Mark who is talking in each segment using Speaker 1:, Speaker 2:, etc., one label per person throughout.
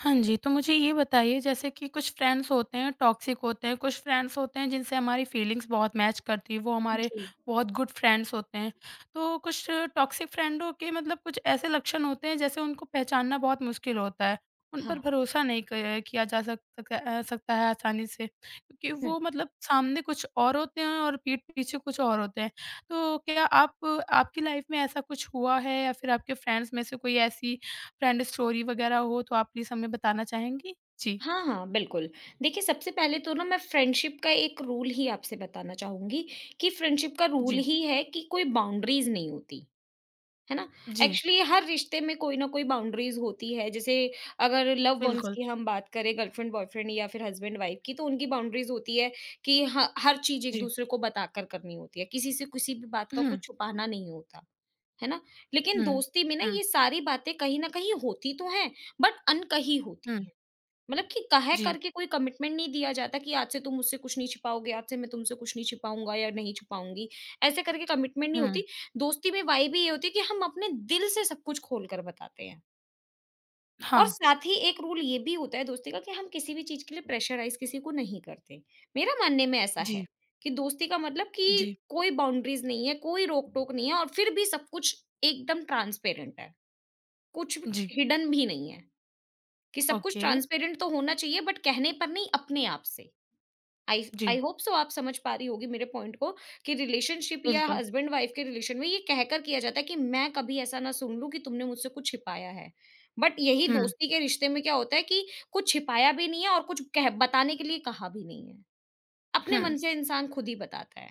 Speaker 1: हाँ जी, तो मुझे ये बताइए जैसे कि कुछ फ्रेंड्स होते हैं टॉक्सिक होते हैं, कुछ फ्रेंड्स होते हैं जिनसे हमारी फीलिंग्स बहुत मैच करती है, वो हमारे
Speaker 2: जी,
Speaker 1: बहुत गुड फ्रेंड्स होते हैं। तो कुछ टॉक्सिक फ्रेंडों के मतलब कुछ ऐसे लक्षण होते हैं जैसे उनको पहचानना बहुत मुश्किल होता है, उन पर
Speaker 2: हाँ,
Speaker 1: भरोसा नहीं क किया जा सक सक अ, सकता है आसानी से क्योंकि
Speaker 2: हुँ।
Speaker 1: वो मतलब सामने कुछ और होते हैं और पीठ पीछे कुछ और होते हैं। तो क्या आप आपकी लाइफ़ में ऐसा कुछ हुआ है या फिर आपके फ्रेंड्स में से कोई ऐसी फ्रेंड स्टोरी वगैरह हो तो आप प्लीज़ हमें बताना चाहेंगी? जी,
Speaker 2: हाँ, बिल्कुल। देखिए, सबसे पहले तो ना मैं फ्रेंडशिप का एक रूल ही आपसे बताना चाहूँगी कि फ्रेंडशिप का रूल
Speaker 1: जी,
Speaker 2: ही है कि कोई बाउंड्रीज़ नहीं होती, है ना?
Speaker 1: जी,
Speaker 2: एक्चुअली हर रिश्ते में कोई ना कोई बाउंड्रीज़ होती है। जैसे अगर लव वन्स
Speaker 1: बिल्कुल,
Speaker 2: की हम बात करें, गर्लफ्रेंड बॉयफ्रेंड या फिर हस्बैंड वाइफ की, तो उनकी बाउंड्रीज़ होती है कि ह हर चीज़
Speaker 1: जी।
Speaker 2: एक-दूसरे को बताकर करनी होती है। किसी से किसी भी बात का
Speaker 1: हुँ,
Speaker 2: कुछ छुपाना नहीं होता, है ना? लेकिन
Speaker 1: हुँ,
Speaker 2: दोस्ती में ना
Speaker 1: हुँ,
Speaker 2: ये सारी बातें कहीं न कहीं होती तो हैं, बट अनकही
Speaker 1: हुँ,
Speaker 2: होती हैं। मतलब कि कह कर
Speaker 1: जी,
Speaker 2: के कोई कमिटमेंट नहीं दिया जाता कि आज से तुम मुझसे कुछ नहीं छिपाओगे, आज से मैं तुमसे कुछ नहीं छिपाऊँगा या नहीं छिपाऊँगी। ऐसे करके कमिटमेंट नहीं
Speaker 1: हुँ,
Speaker 2: होती। दोस्ती में वाइब ही ये होती है कि हम अपने दिल से सब कुछ खोल कर बताते हैं। और
Speaker 1: हाँ,
Speaker 2: साथ ही एक रूल ये भी होता है दोस्ती का कि हम किसी भी चीज़ के लिए प्रेशराइज़ किसी को नहीं करते। मेरा मानने में ऐसा है
Speaker 1: जी,
Speaker 2: कि दोस्ती का मतलब कि
Speaker 1: जी,
Speaker 2: कोई बाउंड्रीज़ नहीं है, कोई रोक-टोक नहीं है और फिर भी सब कुछ एकदम ट्रांसपेरेंट है। कुछ
Speaker 1: जी,
Speaker 2: हिडन भी नहीं है। कि सब कुछ
Speaker 1: ओके,
Speaker 2: ट्रांसपेरेंट तो होना चाहिए बट कहने पर नहीं अपने आप से आई
Speaker 1: जी,
Speaker 2: आई होप सो आप समझ पा रही होगी मेरे पॉइंट को कि रिलेशनशिप या
Speaker 1: बिल्कुल,
Speaker 2: हस्बैंड वाइफ के रिलेशन में ये कहकर किया जाता है कि मैं कभी ऐसा ना सुन लूं कि तुमने मुझसे कुछ छिपाया है बट यही
Speaker 1: हुँ,
Speaker 2: दोस्ती के रिश्ते में क्या होता है कि कुछ छिपाया भी नहीं है और कुछ कह बताने के लिए कहा भी नहीं है अपने मन
Speaker 1: हुँ,
Speaker 2: से इंसान खुद ही बताता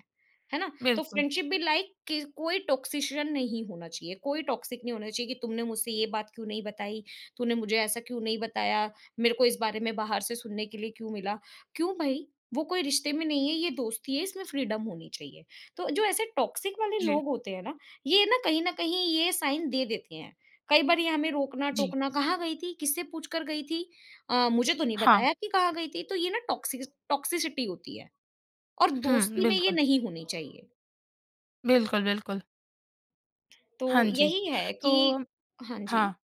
Speaker 2: है ना? तो
Speaker 1: बिल्कुल,
Speaker 2: फ्रेंडशिप भी लाइक कि कोई टॉक्सिशन नहीं होना चाहिए, कोई टॉक्सिक नहीं होना चाहिए कि तुमने मुझसे ये बात क्यों नहीं बताई, तूने मुझे ऐसा क्यों नहीं बताया, मेरे को इस बारे में बाहर से सुनने के लिए क्यों मिला? क्यों भाई? वो कोई रिश्ते में नहीं है, ये दोस्ती है, इसमें फ्रीडम होनी चाहिए। तो जो ऐसे टॉक्सिक वाले
Speaker 1: जी,
Speaker 2: लोग होते हैं ना, ये ना कहीं न कहीं ये साइन दे देते हैं। कई बार ये हमें
Speaker 1: जी,
Speaker 2: रोकना-टोकना, "कहाँ गई थी? किससे पूछ कर गई थी? मुझे तो नहीं
Speaker 1: हाँ,
Speaker 2: बताया कि कहाँ गई थी।" तो ये ना टॉक्सिसिटी होती है। और
Speaker 1: हुँ,
Speaker 2: दोस्ती में ये
Speaker 1: बिल्कुल,
Speaker 2: नहीं होनी चाहिए।
Speaker 1: बिल्कुल, बिल्कुल,
Speaker 2: तो
Speaker 1: हाँ जी,
Speaker 2: यही है कि
Speaker 1: तो
Speaker 2: हाँ जी।
Speaker 1: हाँ।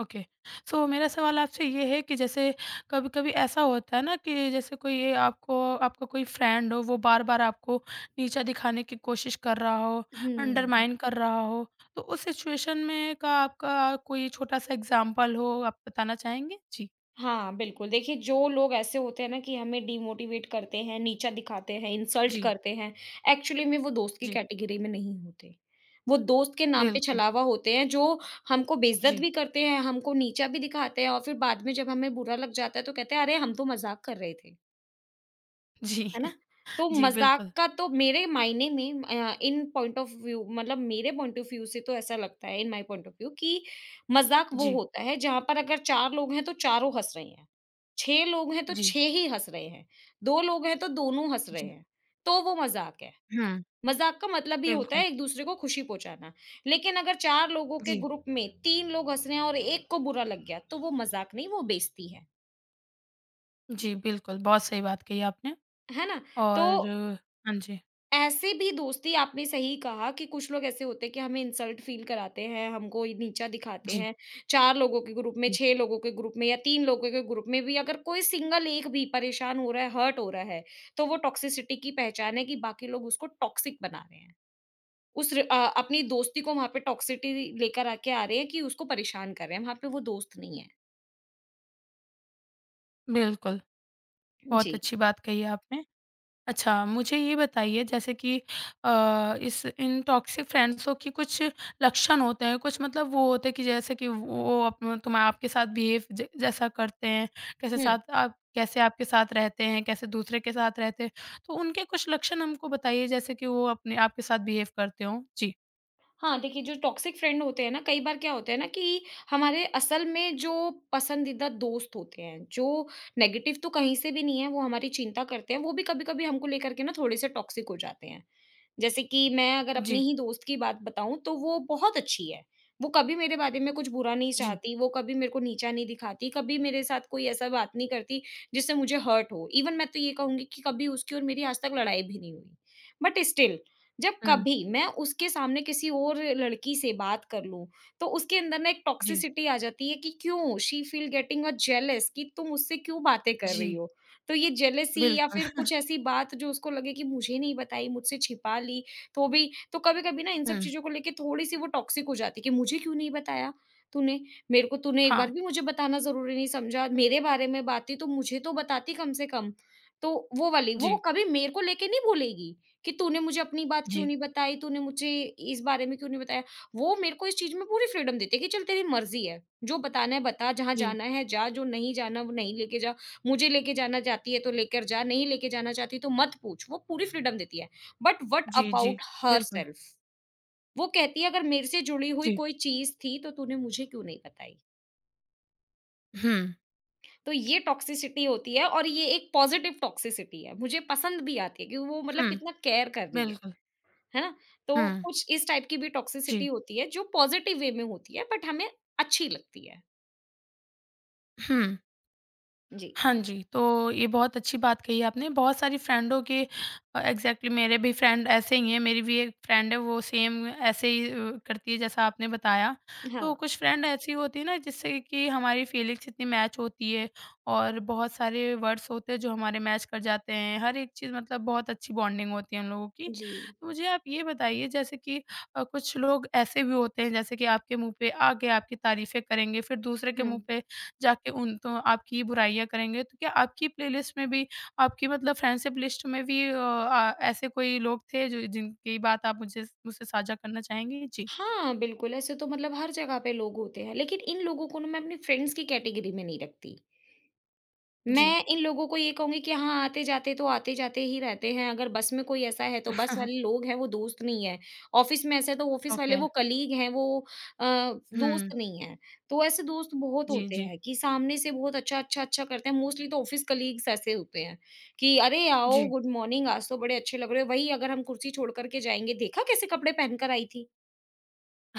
Speaker 1: ओके सो मेरा सवाल आपसे ये है कि जैसे कभी-कभी ऐसा होता है ना कि जैसे कोई ये आपको आपका कोई फ्रेंड हो वो बार-बार आपको नीचा दिखाने की कोशिश कर रहा हो,
Speaker 2: हुँ।
Speaker 1: अंडरमाइन कर रहा हो, तो उस सिचुएशन में का आपका कोई छोटा-सा एग्ज़ाम्पल हो आप बताना चाहेंगे? जी।
Speaker 2: हाँ, बिल्कुल। देखिए, जो लोग ऐसे होते हैं ना कि हमें डिमोटिवेट करते हैं, नीचा दिखाते हैं, इंसल्ट
Speaker 1: जी,
Speaker 2: करते हैं, एक्चुअली में वो दोस्त की
Speaker 1: जी,
Speaker 2: कैटेगरी में नहीं होते। वो दोस्त के नाम पे
Speaker 1: बिल्कुल।
Speaker 2: छलावा होते हैं, जो हमको बेइज़्ज़त
Speaker 1: जी,
Speaker 2: भी करते हैं, हमको नीचा भी दिखाते हैं और फिर बाद में जब हमें बुरा लग जाता है, तो कहते हैं, "अरे! हम तो मज़ाक कर रहे थे।"
Speaker 1: जी,
Speaker 2: है ना? तो
Speaker 1: जी,
Speaker 2: मज़ाक
Speaker 1: बिल्कुल।
Speaker 2: का तो मेरे मायने में इन पॉइंट ऑफ व्यू मतलब मेरे पॉइंट ऑफ व्यू से तो ऐसा लगता है in my point of view कि मज़ाक वो
Speaker 1: जी,
Speaker 2: होता है जहाँ पर अगर 4 लोग हैं तो चारों हँस रहे हैं, 6 लोग हैं तो
Speaker 1: जी,
Speaker 2: 6 ही हँस रहे हैं, 2 लोग हैं तो दोनों हँस रहे
Speaker 1: जी।
Speaker 2: हैं, तो वो मज़ाक है।
Speaker 1: हुँ,
Speaker 2: मज़ाक का मतलब ये होता
Speaker 1: बिल्कुल।
Speaker 2: है एक-दूसरे को खुशी पहुँचाना। लेकिन अगर 4 लोगों के
Speaker 1: जी,
Speaker 2: ग्रुप में 3 लोग हँस रहे हैं और 1 को बुरा लग गया, तो वो मज़ाक नहीं, वो बेइज़्ज़ती है।
Speaker 1: जी, बिल्कुल, बहुत सही बात कही आपने
Speaker 2: है ना? तो
Speaker 1: और हाँ जी,
Speaker 2: ऐसे भी दोस्ती आपने सही कहा कि कुछ लोग ऐसे होते हैं कि हमें इंसल्ट फील कराते हैं, हमको ये नीचा दिखाते
Speaker 1: जी,
Speaker 2: हैं। 4 लोगों के ग्रुप में,
Speaker 1: जी,
Speaker 2: 6 लोगों के ग्रुप में या 3 लोगों के ग्रुप में भी अगर कोई सिंगल एक भी परेशान हो रहा है, हर्ट हो रहा है, तो वो टॉक्सिसिटी की पहचान है कि बाकी लोग उसको टॉक्सिक बना रहे हैं। अपनी दोस्ती को वहाँ पे टॉक्सिसिटी लेकर आके आ रहे हैं कि उसको परेशान कर रहे हैं, वहाँ पे वो दोस्त नहीं है।
Speaker 1: बिल्कुल।
Speaker 2: जी।
Speaker 1: बहुत अच्छी बात कही आपने। अच्छा, मुझे ये बताइए जैसे कि अ, इस इन टॉक्सिक फ्रेंड्सों की कुछ लक्षण होते हैं, कुछ मतलब वो होते हैं कि जैसे कि वो अप तुम आपके साथ बिहेव ज जैसा करते हैं, कैसे
Speaker 2: हुँ।
Speaker 1: साथ आप कैसे आपके साथ रहते हैं, कैसे दूसरे के साथ रहते हैं, तो उनके कुछ लक्षण हमको बताइए जैसे कि वो अपने आपके साथ बिहेव करते हों? जी,
Speaker 2: हाँ, देखिए जो टॉक्सिक फ्रेंड होते हैं ना, कई बार क्या होता है ना कि हमारे असल में जो पसंदीदा दोस्त होते हैं, जो नेगेटिव तो कहीं से भी नहीं है, वो हमारी चिंता करते हैं, वो भी कभी-कभी हमको लेकर के ना थोड़े-से टॉक्सिक हो जाते हैं। जैसे कि मैं अगर अपनी
Speaker 1: जी,
Speaker 2: ही दोस्त की बात बताऊँ तो वो बहुत अच्छी है। वो कभी मेरे बारे में कुछ बुरा नहीं
Speaker 1: जी।
Speaker 2: चाहती, वो कभी मेरे को नीचा नहीं दिखाती, कभी मेरे साथ कोई ऐसा बात नहीं करती जिससे मुझे हर्ट हो। इवन मैं तो ये कहूँगी कि कभी उसकी और मेरी आज तक लड़ाई भी नहीं हुई। बट स्टिल जब
Speaker 1: हुँ,
Speaker 2: कभी मैं उसके सामने किसी और लड़की से बात कर लूँ, तो उसके अंदर ना एक
Speaker 1: जी,
Speaker 2: टॉक्सिसिटी आ जाती है कि क्यों she feel getting a jealous कि तुम मुझसे क्यों बातें कर रही
Speaker 1: जी,
Speaker 2: हो? तो ये जेलसी या
Speaker 1: बिल्कुल।
Speaker 2: फिर कुछ ऐसी बात जो उसको लगे कि मुझे नहीं बताई, मुझसे छिपा ली, तो भी तो कभी-कभी ना इन सब
Speaker 1: हुँ,
Speaker 2: चीज़ों को लेके थोड़ी-सी वो टॉक्सिक हो जाती है कि मुझे क्यों नहीं बताया तूने? मेरे को तूने एक
Speaker 1: हाँ,
Speaker 2: बार भी मुझे बताना ज़रूरी नहीं समझा, मेरे बारे में बात थी तो मुझे तो बताती कम से कम। तो वो वाली, वो
Speaker 1: जी,
Speaker 2: कभी मेरे को लेके नहीं बोलेगी। कि तूने मुझे अपनी बात क्यों
Speaker 1: जी,
Speaker 2: नहीं बताई, तूने मुझे इस बारे में क्यों नहीं बताया? वो मेरे को इस चीज़ में पूरी फ्रीडम देती है कि चल तेरी मर्ज़ी है, जो बताना है बता, जहाँ
Speaker 1: जी,
Speaker 2: जाना है जा, जो नहीं जाना वो नहीं लेके जा, मुझे लेके जाना चाहती है तो लेकर जा, नहीं लेके जाना चाहती तो मत पूछ, वो पूरी फ्रीडम देती है। बट व्हाट
Speaker 1: जी, जी,
Speaker 2: अबाउट
Speaker 1: बिल्कुल,
Speaker 2: हरसेल्फ? वो कहती है अगर मेरे से जुड़ी हुई
Speaker 1: जी।
Speaker 2: कोई चीज़ थी तो तूने मुझे क्यों नहीं बताई?
Speaker 1: हुँ,
Speaker 2: तो ये टॉक्सिसिटी होती है और ये एक पॉज़िटिव टॉक्सिसिटी है, मुझे पसंद भी आती है कि वो मतलब
Speaker 1: हुँ।
Speaker 2: कितना केयर कर रही है।
Speaker 1: बिल्कुल।
Speaker 2: है ना? तो
Speaker 1: हुँ,
Speaker 2: कुछ इस टाइप की भी टॉक्सिसिटी
Speaker 1: जी।
Speaker 2: होती है जो पॉज़िटिव वे में होती है बट हमें अच्छी लगती है।
Speaker 1: हुँ।
Speaker 2: जी।
Speaker 1: हाँ जी, तो ये बहुत अच्छी बात कही आपने। बहुत सारी फ्रेंडों के एग्ज़ैक्टली मेरे भी फ्रेंड ऐसे ही हैं। मेरी भी एक फ्रेंड है वो सेम ऐसे ही करती है जैसा आपने बताया। तो
Speaker 2: हाँ,
Speaker 1: कुछ फ्रेंड ऐसी होती है ना जिससे कि हमारी फीलिंग्स इतनी मैच होती है और बहुत सारे वर्ड्स होते हैं जो हमारे मैच कर जाते हैं। हर एक चीज़ मतलब बहुत अच्छी बॉन्डिंग होती है हम लोगों की।
Speaker 2: जी।
Speaker 1: तो मुझे आप ये बताइए जैसे कि कुछ लोग ऐसे भी होते हैं जैसे कि आपके मुँह पे आ गए, आपकी तारीफ़ें करेंगे, फिर दूसरे के
Speaker 2: हुँ।
Speaker 1: मुँह पे जाके उन तो आपकी बुराइयाँ करेंगे। तो क्या आपकी प्लेलिस्ट में भी आपकी मतलब फ्रेंडशिप लिस्ट में भी आ ऐसे कोई लोग थे जो जिनकी बात आप मुझे मुझसे साझा करना चाहेंगी? जी।
Speaker 2: हाँ, बिल्कुल ऐसे तो मतलब हर जगह पे लोग होते हैं, लेकिन इन लोगों को ना मैं अपनी फ्रेंड्स की कैटेगरी में नहीं रखती।
Speaker 1: जी।
Speaker 2: मैं इन लोगों को ये कहूँगी कि हाँ, आते-जाते तो आते-जाते ही रहते हैं, अगर बस में कोई ऐसा है तो बस वाले लोग हैं, वो दोस्त नहीं है। ऑफ़िस में ऐसा है तो ऑफ़िस वाले
Speaker 1: ओके।
Speaker 2: वो कलीग हैं, वो अ,
Speaker 1: हुँ।
Speaker 2: दोस्त नहीं है। तो ऐसे दोस्त बहुत
Speaker 1: जी,
Speaker 2: होते
Speaker 1: जी।
Speaker 2: हैं कि सामने से बहुत अच्छा, अच्छा, अच्छा करते हैं, मोस्टली तो ऑफ़िस कलीग्स ऐसे होते हैं कि अरे आओ,
Speaker 1: जी।
Speaker 2: गुड मॉर्निंग आज तो बड़े अच्छे लग रहे हो, वही अगर हम कुर्सी छोड़ कर के जाएँगे, देखा कैसे कपड़े पहन कर आई थी?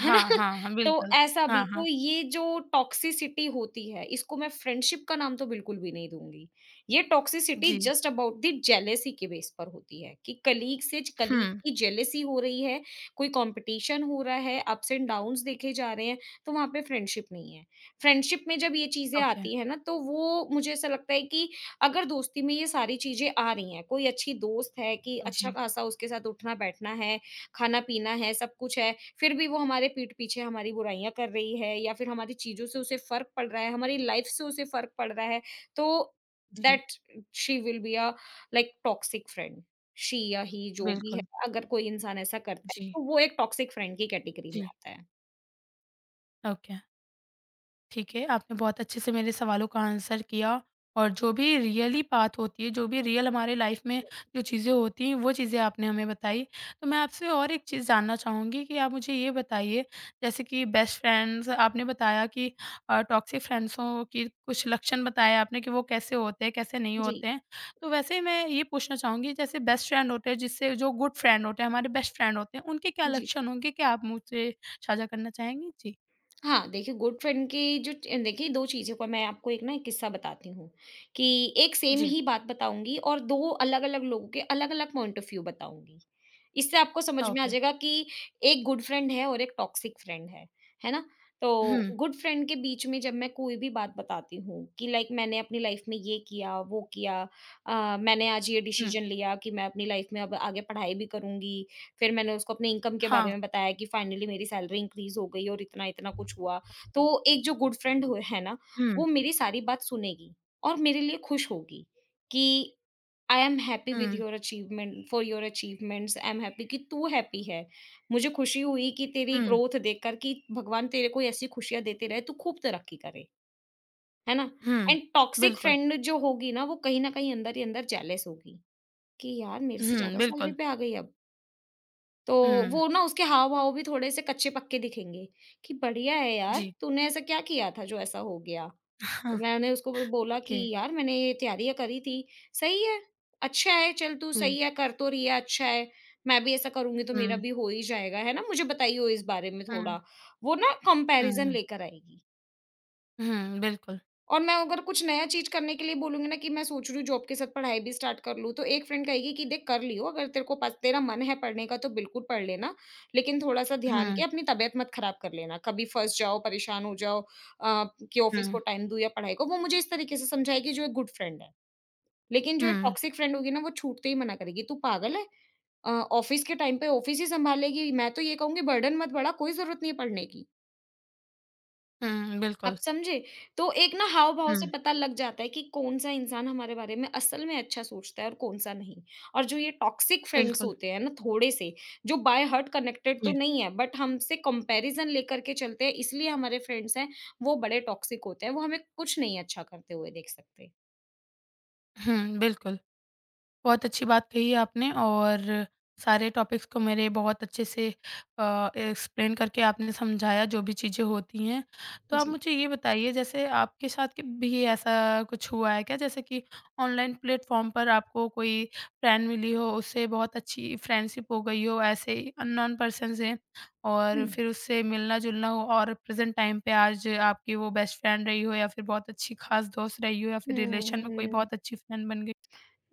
Speaker 2: है ना?
Speaker 1: हाँ, हाँ,
Speaker 2: तो
Speaker 1: बिल्कुल।
Speaker 2: ऐसा भी
Speaker 1: हाँ,
Speaker 2: तो
Speaker 1: हाँ।
Speaker 2: ये जो टॉक्सिसिटी होती है, इसको मैं फ्रेंडशिप का नाम तो बिल्कुल भी नहीं दूँगी। ये टॉक्सिसिटी
Speaker 1: जी।
Speaker 2: जस्ट अबाउट द जेलेसी के बेस पर होती है कि कलीग से कलीग
Speaker 1: हुँ।
Speaker 2: की जेलेसी हो रही है, कोई कॉम्पिटिशन हो रहा है, अप्स एंड डाउन्स देखे जा रहे हैं, तो वहाँ पे फ्रेंडशिप नहीं है। फ्रेंडशिप में जब ये चीज़ें
Speaker 1: ओके।
Speaker 2: आती हैं ना, तो वो मुझे ऐसा लगता है कि अगर दोस्ती में ये सारी चीज़ें आ रही हैं, कोई अच्छी दोस्त है कि
Speaker 1: जी,
Speaker 2: अच्छा-खासा उसके साथ उठना-बैठना है खाना-पीना है, सब कुछ है, फिर भी वो हमारे पीठ पीछे हमारी बुराइयाँ कर रही है या फिर हमारी चीज़ों से उसे फ़र्क पड़ रहा है, हमारी लाइफ़ से उसे फ़र्क पड़ रहा है, तो
Speaker 1: जी।
Speaker 2: That she will be a like toxic friend. She या ही जो भी है,
Speaker 1: बिल्कुल।
Speaker 2: अगर कोई इंसान ऐसा करता है,
Speaker 1: जी,
Speaker 2: तो वो एक टॉक्सिक फ्रेंड की कैटेगरी में
Speaker 1: जी।
Speaker 2: आता है।
Speaker 1: ओके। ठीक है, आपने बहुत अच्छे से मेरे सवालों का आंसर किया और जो भी रियली बात होती है, जो भी रियल हमारे लाइफ़ में
Speaker 2: हुँ,
Speaker 1: जो चीज़ें होती हैं, वो चीज़ें आपने हमें बताई। तो मैं आपसे और एक चीज़ जानना चाहूँगी कि आप मुझे ये बताइए, जैसे कि बेस्ट फ्रेंड्स आपने बताया कि टॉक्सिक फ्रेंड्सों की कुछ लक्षण बताए आपने कि वो कैसे होते हैं, कैसे नहीं
Speaker 2: जी,
Speaker 1: होते हैं। तो वैसे ही मैं ये पूछना चाहूँगी जैसे बेस्ट फ्रेंड होते हैं, जिससे जो गुड फ्रेंड होते हैं, हमारे बेस्ट फ्रेंड होते हैं, उनके क्या
Speaker 2: जी।
Speaker 1: लक्षण होंगे? क्या आप मुझसे साझा करना चाहेंगी? जी।
Speaker 2: हाँ, देखिए गुड फ्रेंड की जो च देखिए 2 चीज़ों का मैं आपको एक ना एक किस्सा बताती हूँ, कि एक सेम
Speaker 1: जी।
Speaker 2: ही बात बताऊँगी और 2 अलग-अलग लोगों के अलग-अलग पॉइंट ऑफ व्यू बताऊँगी। इससे आपको समझ में आ
Speaker 1: ओके।
Speaker 2: जाएगा कि एक गुड फ्रेंड है और एक टॉक्सिक फ्रेंड है ना? तो
Speaker 1: हुँ।
Speaker 2: गुड फ्रेंड के बीच में जब मैं कोई भी बात बताती हूँ कि लाइक मैंने अपनी लाइफ़ में ये किया, वो किया मैंने आज ये
Speaker 1: हुँ,
Speaker 2: डिसीज़न लिया कि मैं अपनी लाइफ़ में अब आगे पढ़ाई भी करूँगी फिर मैंने उसको अपने इनकम के बारे
Speaker 1: हाँ।
Speaker 2: में बताया कि फाइनली मेरी सैलरी इंक्रीज़ हो गई और इतना-इतना कुछ हुआ। तो एक जो गुड फ्रेंड हो है ना,
Speaker 1: हुँ,
Speaker 2: वो मेरी सारी बात सुनेगी और मेरे लिए खुश होगी कि आई एम हैप्पी विद
Speaker 1: हुँ,
Speaker 2: your achievement for your achievements, I am happy कि तू हैप्पी है। मुझे खुशी हुई कि तेरी
Speaker 1: हुँ,
Speaker 2: ग्रोथ देखकर कि भगवान तेरे को ऐसी खुशियाँ देते रहे, तू खूब तरक्की करे, है ना?
Speaker 1: हुँ,
Speaker 2: एंड टॉक्सिक
Speaker 1: बिल्कुल।
Speaker 2: फ्रेंड जो होगी ना, वो कहीं न कहीं अंदर ही अंदर जेलस होगी कि यार मेरे से
Speaker 1: हुँ,
Speaker 2: ज़्यादा सैलरी
Speaker 1: बिल्कुल।
Speaker 2: पे आ गई अब। तो
Speaker 1: हुँ,
Speaker 2: वो ना उसके हाव-भाव भी थोड़े से कच्चे-पक्के दिखेंगे, कि बढ़िया है यार,
Speaker 1: जी।
Speaker 2: तूने ऐसा क्या किया था जो ऐसा हो गया? तो
Speaker 1: हाँ,
Speaker 2: मैंने उसको ब बोला कि
Speaker 1: ओके।
Speaker 2: यार मैंने ये तैयारियाँ करी थी, सही है, अच्छा है, चल तू
Speaker 1: जी।
Speaker 2: सही है, कर तो रही है, अच्छा है, मैं भी ऐसा करूँगी तो मेरा
Speaker 1: हुँ,
Speaker 2: भी हो ही जाएगा, है ना? मुझे बताइए इस बारे में थोड़ा,
Speaker 1: हुँ,
Speaker 2: वो ना कंपैरिज़न
Speaker 1: हुँ,
Speaker 2: लेकर आएगी।
Speaker 1: हुँ, बिल्कुल।
Speaker 2: और मैं अगर कुछ नया चीज़ करने के लिए बोलूँगी ना कि मैं सोच रही हूँ जॉब के साथ पढ़ाई भी स्टार्ट कर लूँ, तो एक फ्रेंड कहेगी कि देख कर लियो अगर तेरे को पस तेरा मन है पढ़ने का तो बिल्कुल पढ़ लेना, लेकिन थोड़ा-सा ध्यान
Speaker 1: हुँ,
Speaker 2: के अपनी तबीयत मत खराब कर लेना। कभी फँस जाओ, परेशान हो जाओ अ, कि ऑफ़िस को
Speaker 1: हुँ,
Speaker 2: टाइम दूँ या पढ़ाई को, वो मुझे इस तरीके से समझाएगी जो एक गुड फ्रेंड है। लेकिन जो एक
Speaker 1: हुँ,
Speaker 2: टॉक्सिक फ्रेंड होगी ना वो छूटते ही मना करेगी, "तू पागल है? अ, ऑफ़िस के टाइम पे ऑफ़िस ही सँभालेगी, मैं तो ये कहूँगी बर्डन मत बढ़ा, कोई ज़रूरत नहीं है पढ़ने की।"
Speaker 1: हुँ,
Speaker 2: आप
Speaker 1: बिल्कुल।
Speaker 2: समझे? तो एक ना हाव-भाव से
Speaker 1: हुँ,
Speaker 2: पता लग जाता है कि कौन-सा इंसान हमारे बारे में असल में अच्छा सोचता है और कौन-सा नहीं। और जो ये टॉक्सिक फ्रेंड्स
Speaker 1: बिल्कुल।
Speaker 2: होते हैं ना थोड़े से, जो बाय हार्ट कनेक्टेड तो
Speaker 1: जी।
Speaker 2: नहीं है बट हमसे कंपैरिज़न लेकर के चलते हैं इसलिए हमारे फ्रेंड्स हैं, वो बड़े टॉक्सिक होते हैं, वो हमें कुछ नहीं अच्छा करते हुए देख सकते।
Speaker 1: हुँ, बिल्कुल। बहुत अच्छी बात कही है आपने और सारे टॉपिक्स को मेरे बहुत अच्छे से एक्सप्लेन करके आपने समझाया जो भी चीज़ें होती हैं। तो आप
Speaker 2: जी।
Speaker 1: मुझे ये बताइए जैसे आपके साथ कि भी ऐसा कुछ हुआ है क्या? जैसे कि ऑनलाइन प्लेटफ़ॉर्म पर आपको कोई फ्रेंड मिली हो, उससे बहुत अच्छी फ्रेंडशिप हो गई हो ऐसे ही अननोन पर्सन से और
Speaker 2: हुँ।
Speaker 1: फिर उससे मिलना-जुलना हो और प्रेज़ेंट टाइम पे आज आपकी वो बेस्ट फ्रेंड रही हो या फिर बहुत अच्छी ख़ास दोस्त रही हो या फिर रिलेशन में कोई
Speaker 2: हुँ,
Speaker 1: बहुत अच्छी फ्रेंड बन गई?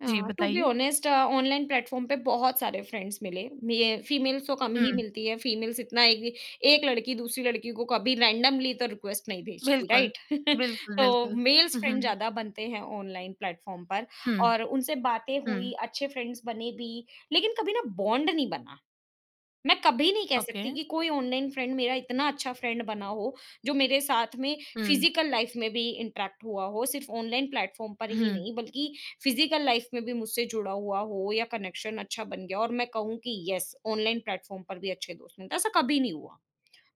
Speaker 1: जी,
Speaker 2: टू बी
Speaker 1: बताइए।
Speaker 2: ऑनेस्ट ऑनलाइन प्लेटफॉर्म पे बहुत सारे फ्रेंड्स मिले। ये फीमेल्स तो कम
Speaker 1: हुँ,
Speaker 2: ही मिलती है। फीमेल्स इतना एक एक लड़की दूसरी लड़की को कभी रैंडमली तो रिक्वेस्ट नहीं भेजती
Speaker 1: बिल्कुल।
Speaker 2: राइट।
Speaker 1: बिल्कुल,
Speaker 2: तो
Speaker 1: बिल्कुल।
Speaker 2: मेल्स
Speaker 1: हुँ,
Speaker 2: फ्रेंड
Speaker 1: हुँ,
Speaker 2: ज्यादा बनते हैं ऑनलाइन प्लेटफॉर्म पर
Speaker 1: हुँ,
Speaker 2: और उनसे बातें हुई,
Speaker 1: हुँ,
Speaker 2: अच्छे फ्रेंड्स बने भी, लेकिन कभी ना बॉन्ड नहीं बना। मैं कभी नहीं कह
Speaker 1: ओके।
Speaker 2: सकती कि कोई ऑनलाइन फ्रेंड मेरा इतना अच्छा फ्रेंड बना हो, जो मेरे साथ में
Speaker 1: हुँ,
Speaker 2: फ़िज़िकल लाइफ़ में भी इंटरैक्ट हुआ हो, सिर्फ़ ऑनलाइन प्लेटफ़ॉर्म पर ही
Speaker 1: हुँ,
Speaker 2: नहीं बल्कि फ़िज़िकल लाइफ़ में भी मुझसे जुड़ा हुआ हो या कनेक्शन अच्छा बन गया और मैं कहूँ कि यस, ऑनलाइन प्लेटफ़ॉर्म पर भी अच्छे दोस्त मिलते हैं, ऐसा कभी नहीं हुआ।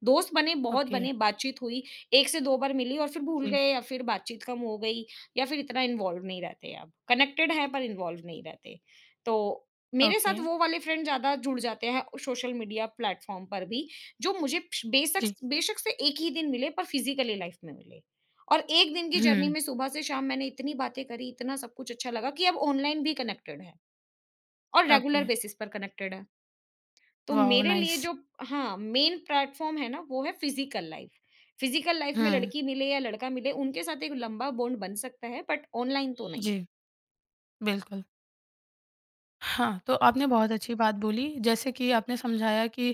Speaker 2: दोस्त बने, बहुत
Speaker 1: ओके,
Speaker 2: बने, बातचीत हुई, 1 से 2 बार मिली और फिर भूल
Speaker 1: जी,
Speaker 2: गए या फिर बातचीत कम हो गई या फिर इतना इन्वॉल्व नहीं रहते अब। कनेक्टेड हैं पर इन्वॉल्व नहीं रहते। तो मेरे साथ
Speaker 1: ओके,
Speaker 2: वो वाले फ्रेंड ज़्यादा जुड़ जाते हैं सोशल मीडिया प्लेटफ़ॉर्म पर भी, जो मुझे श बेशक
Speaker 1: जी,
Speaker 2: बेशक से 1 ही दिन मिले पर फिज़िकली लाइफ़ में मिले। और 1 दिन की जर्नी
Speaker 1: हुँ,
Speaker 2: में सुबह से शाम मैंने इतनी बातें करी, इतना सब कुछ अच्छा लगा कि अब ऑनलाइन भी कनेक्टेड हैं और
Speaker 1: ओके,
Speaker 2: रेगुलर बेसिस पर कनेक्टेड हैं। तो
Speaker 1: वॉव
Speaker 2: मेरे लिए
Speaker 1: नाइस!
Speaker 2: जो हाँ, मेन प्लेटफ़ॉर्म है ना, वो है फ़िज़िकल लाइफ़। फ़िज़िकल लाइफ़ में
Speaker 1: हुँ,
Speaker 2: लड़की मिले या लड़का मिले, उनके साथ एक लंबा बॉन्ड बन सकता है, बट ऑनलाइन तो नहीं।
Speaker 1: जी, बिल्कुल। हाँ, तो आपने बहुत अच्छी बात बोली जैसे कि आपने समझाया कि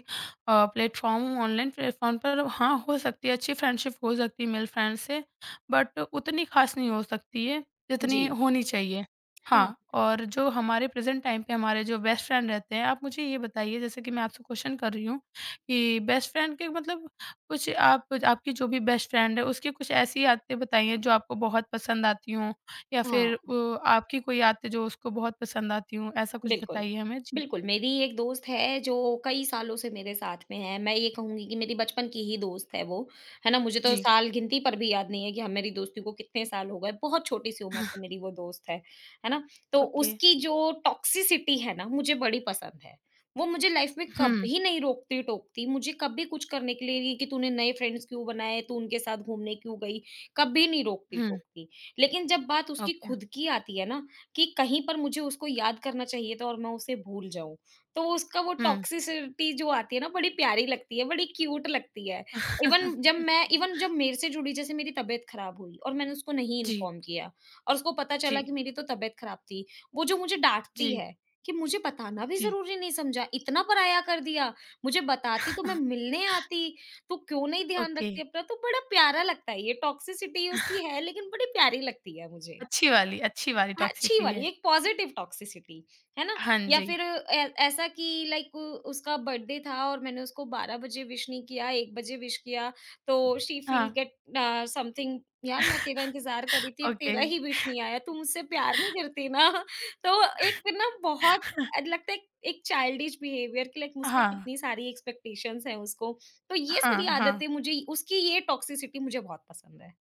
Speaker 1: प्लेटफ़ॉर्म ऑनलाइन प्लेटफ़ॉर्म पर हाँ, हो सकती है अच्छी फ्रेंडशिप हो सकती है मेल फ्रेंड से, बट उतनी ख़ास नहीं हो सकती है जितनी
Speaker 2: जी।
Speaker 1: होनी चाहिए।
Speaker 2: हाँ,
Speaker 1: हाँ, और जो हमारे प्रेज़ेंट टाइम पे हमारे जो बेस्ट फ्रेंड रहते हैं, आप मुझे ये बताइए जैसे कि मैं आपसे क्वेश्चन कर रही हूँ कि बेस्ट फ्रेंड के मतलब कुछ आप आपकी जो भी बेस्ट फ्रेंड है उसकी कुछ ऐसी आदतें बताइए जो आपको बहुत पसंद आती हों? या फिर
Speaker 2: हाँ।
Speaker 1: आपकी कोई आते जो उसको बहुत पसंद आती हों, ऐसा कुछ
Speaker 2: बिल्कुल,
Speaker 1: बताइए हमें? जी।
Speaker 2: बिल्कुल। मेरी एक दोस्त है जो कई सालों से मेरे साथ में है। मैं ये कहूँगी कि मेरी बचपन की ही दोस्त है वो, है ना? मुझे तो
Speaker 1: जी।
Speaker 2: साल गिनती पर भी याद नहीं है कि हम मेरी दोस्ती को कितने साल हो गए। बहुत छोटी-सी उम्र से मेरी वो दोस्त है ना? तो
Speaker 1: ओके।
Speaker 2: उसकी जो टॉक्सिसिटी है ना, मुझे बड़ी पसंद है। वो मुझे लाइफ़ में
Speaker 1: हुँ,
Speaker 2: कभी नहीं रोकती-टोकती, मुझे कभी कुछ करने के लिए कि तूने नए फ्रेंड्स क्यों बनाए, तू उनके साथ घूमने क्यों गई, कभी नहीं
Speaker 1: हुँ,
Speaker 2: रोकती-टोकती। लेकिन जब बात उसकी
Speaker 1: ओके,
Speaker 2: खुद की आती है ना, कि कहीं पर मुझे उसको याद करना चाहिए था और मैं उसे भूल जाऊँ। तो वो उसका वो
Speaker 1: हुँ।
Speaker 2: टॉक्सिसिटी जो आती है ना बड़ी प्यारी लगती है, बड़ी क्यूट लगती है। इवन जब मेरे से जुड़ी जैसे मेरी तबीयत ख़राब हुई और मैंने उसको नहीं
Speaker 1: जी,
Speaker 2: इन्फॉर्म किया और उसको पता चला कि
Speaker 1: जी,
Speaker 2: मेरी तो तबीयत ख़राब थी। वो जो मुझे डाँटती
Speaker 1: जी,
Speaker 2: है कि मुझे बताना भी
Speaker 1: जी।
Speaker 2: ज़रूरी नहीं समझा, इतना पराया कर दिया। मुझे बताती तो मैं मिलने आती, तू क्यों नहीं ध्यान
Speaker 1: ओके,
Speaker 2: रखती अपना? तो बड़ा प्यारा लगता है ये टॉक्सिसिटी उसकी है लेकिन बड़ी प्यारी लगती है मुझे।
Speaker 1: अच्छी वाली
Speaker 2: अच्छी
Speaker 1: टॉक्सिटी
Speaker 2: वाली
Speaker 1: है।
Speaker 2: एक पॉजिटिव टॉक्सिसिटी, है ना?
Speaker 1: हाँ
Speaker 2: या
Speaker 1: जी,
Speaker 2: फिर ऐ ऐसा कि लाइक उसका बर्थडे था और मैंने उसको 12 बजे विश नहीं किया, 1 बजे विश किया, तो शी फील
Speaker 1: हाँ,
Speaker 2: गेट समथिंग यार मैं तेरा इंतज़ार कर रही थी,
Speaker 1: ओके।
Speaker 2: तेरा ही विश नहीं आया, तू मुझसे प्यार नहीं करती ना? तो एक फिर ना बहुत ऐड लगता है, एक चाइल्डिश बिहेवियर कि लाइक मुझसे
Speaker 1: हाँ,
Speaker 2: कितनी सारी एक्सपेक्टेशंस हैं उसको। तो ये
Speaker 1: हाँ,
Speaker 2: सारी
Speaker 1: हाँ,
Speaker 2: आदतें मुझे उसकी ये टॉक्सिसिटी मुझे बहुत पसंद है।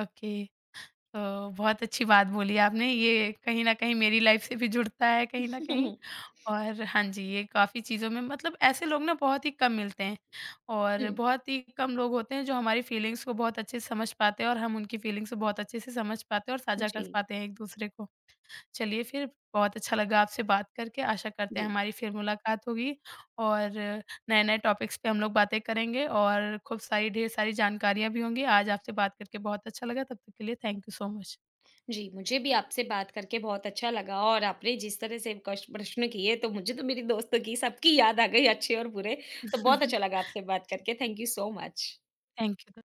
Speaker 1: ओके। तो बहुत अच्छी बात बोली आपने, ये कहीं न कहीं मेरी लाइफ़ से भी जुड़ता है कहीं न कहीं। और हाँ जी, ये काफ़ी चीज़ों में मतलब ऐसे लोग ना बहुत ही कम मिलते हैं और
Speaker 2: हुँ,
Speaker 1: बहुत ही कम लोग होते हैं जो हमारी फीलिंग्स को बहुत अच्छे से समझ पाते हैं और हम उनकी फीलिंग्स को बहुत अच्छे से समझ पाते हैं और साझा कर
Speaker 2: जी,
Speaker 1: पाते हैं एक-दूसरे को। चलिए फिर बहुत अच्छा लगा आपसे बात करके, आशा करते हैं
Speaker 2: जी।
Speaker 1: हमारी फिर मुलाकात होगी और नए-नए टॉपिक्स पे हम लोग बातें करेंगे और खूब सारी ढेर सारी जानकारियाँ भी होंगी। आज आपसे बात करके बहुत अच्छा लगा, तब तक के लिए थैंक यू सो मच।
Speaker 2: जी, मुझे भी आपसे बात करके बहुत अच्छा लगा और आपने जिस तरह से कश प्रश्न किए तो मुझे तो मेरी दोस्तों की सबकी याद आ गई, अच्छे और बुरे। तो बहुत अच्छा लगा आपसे बात करके। Thank you so much.
Speaker 1: Thank you.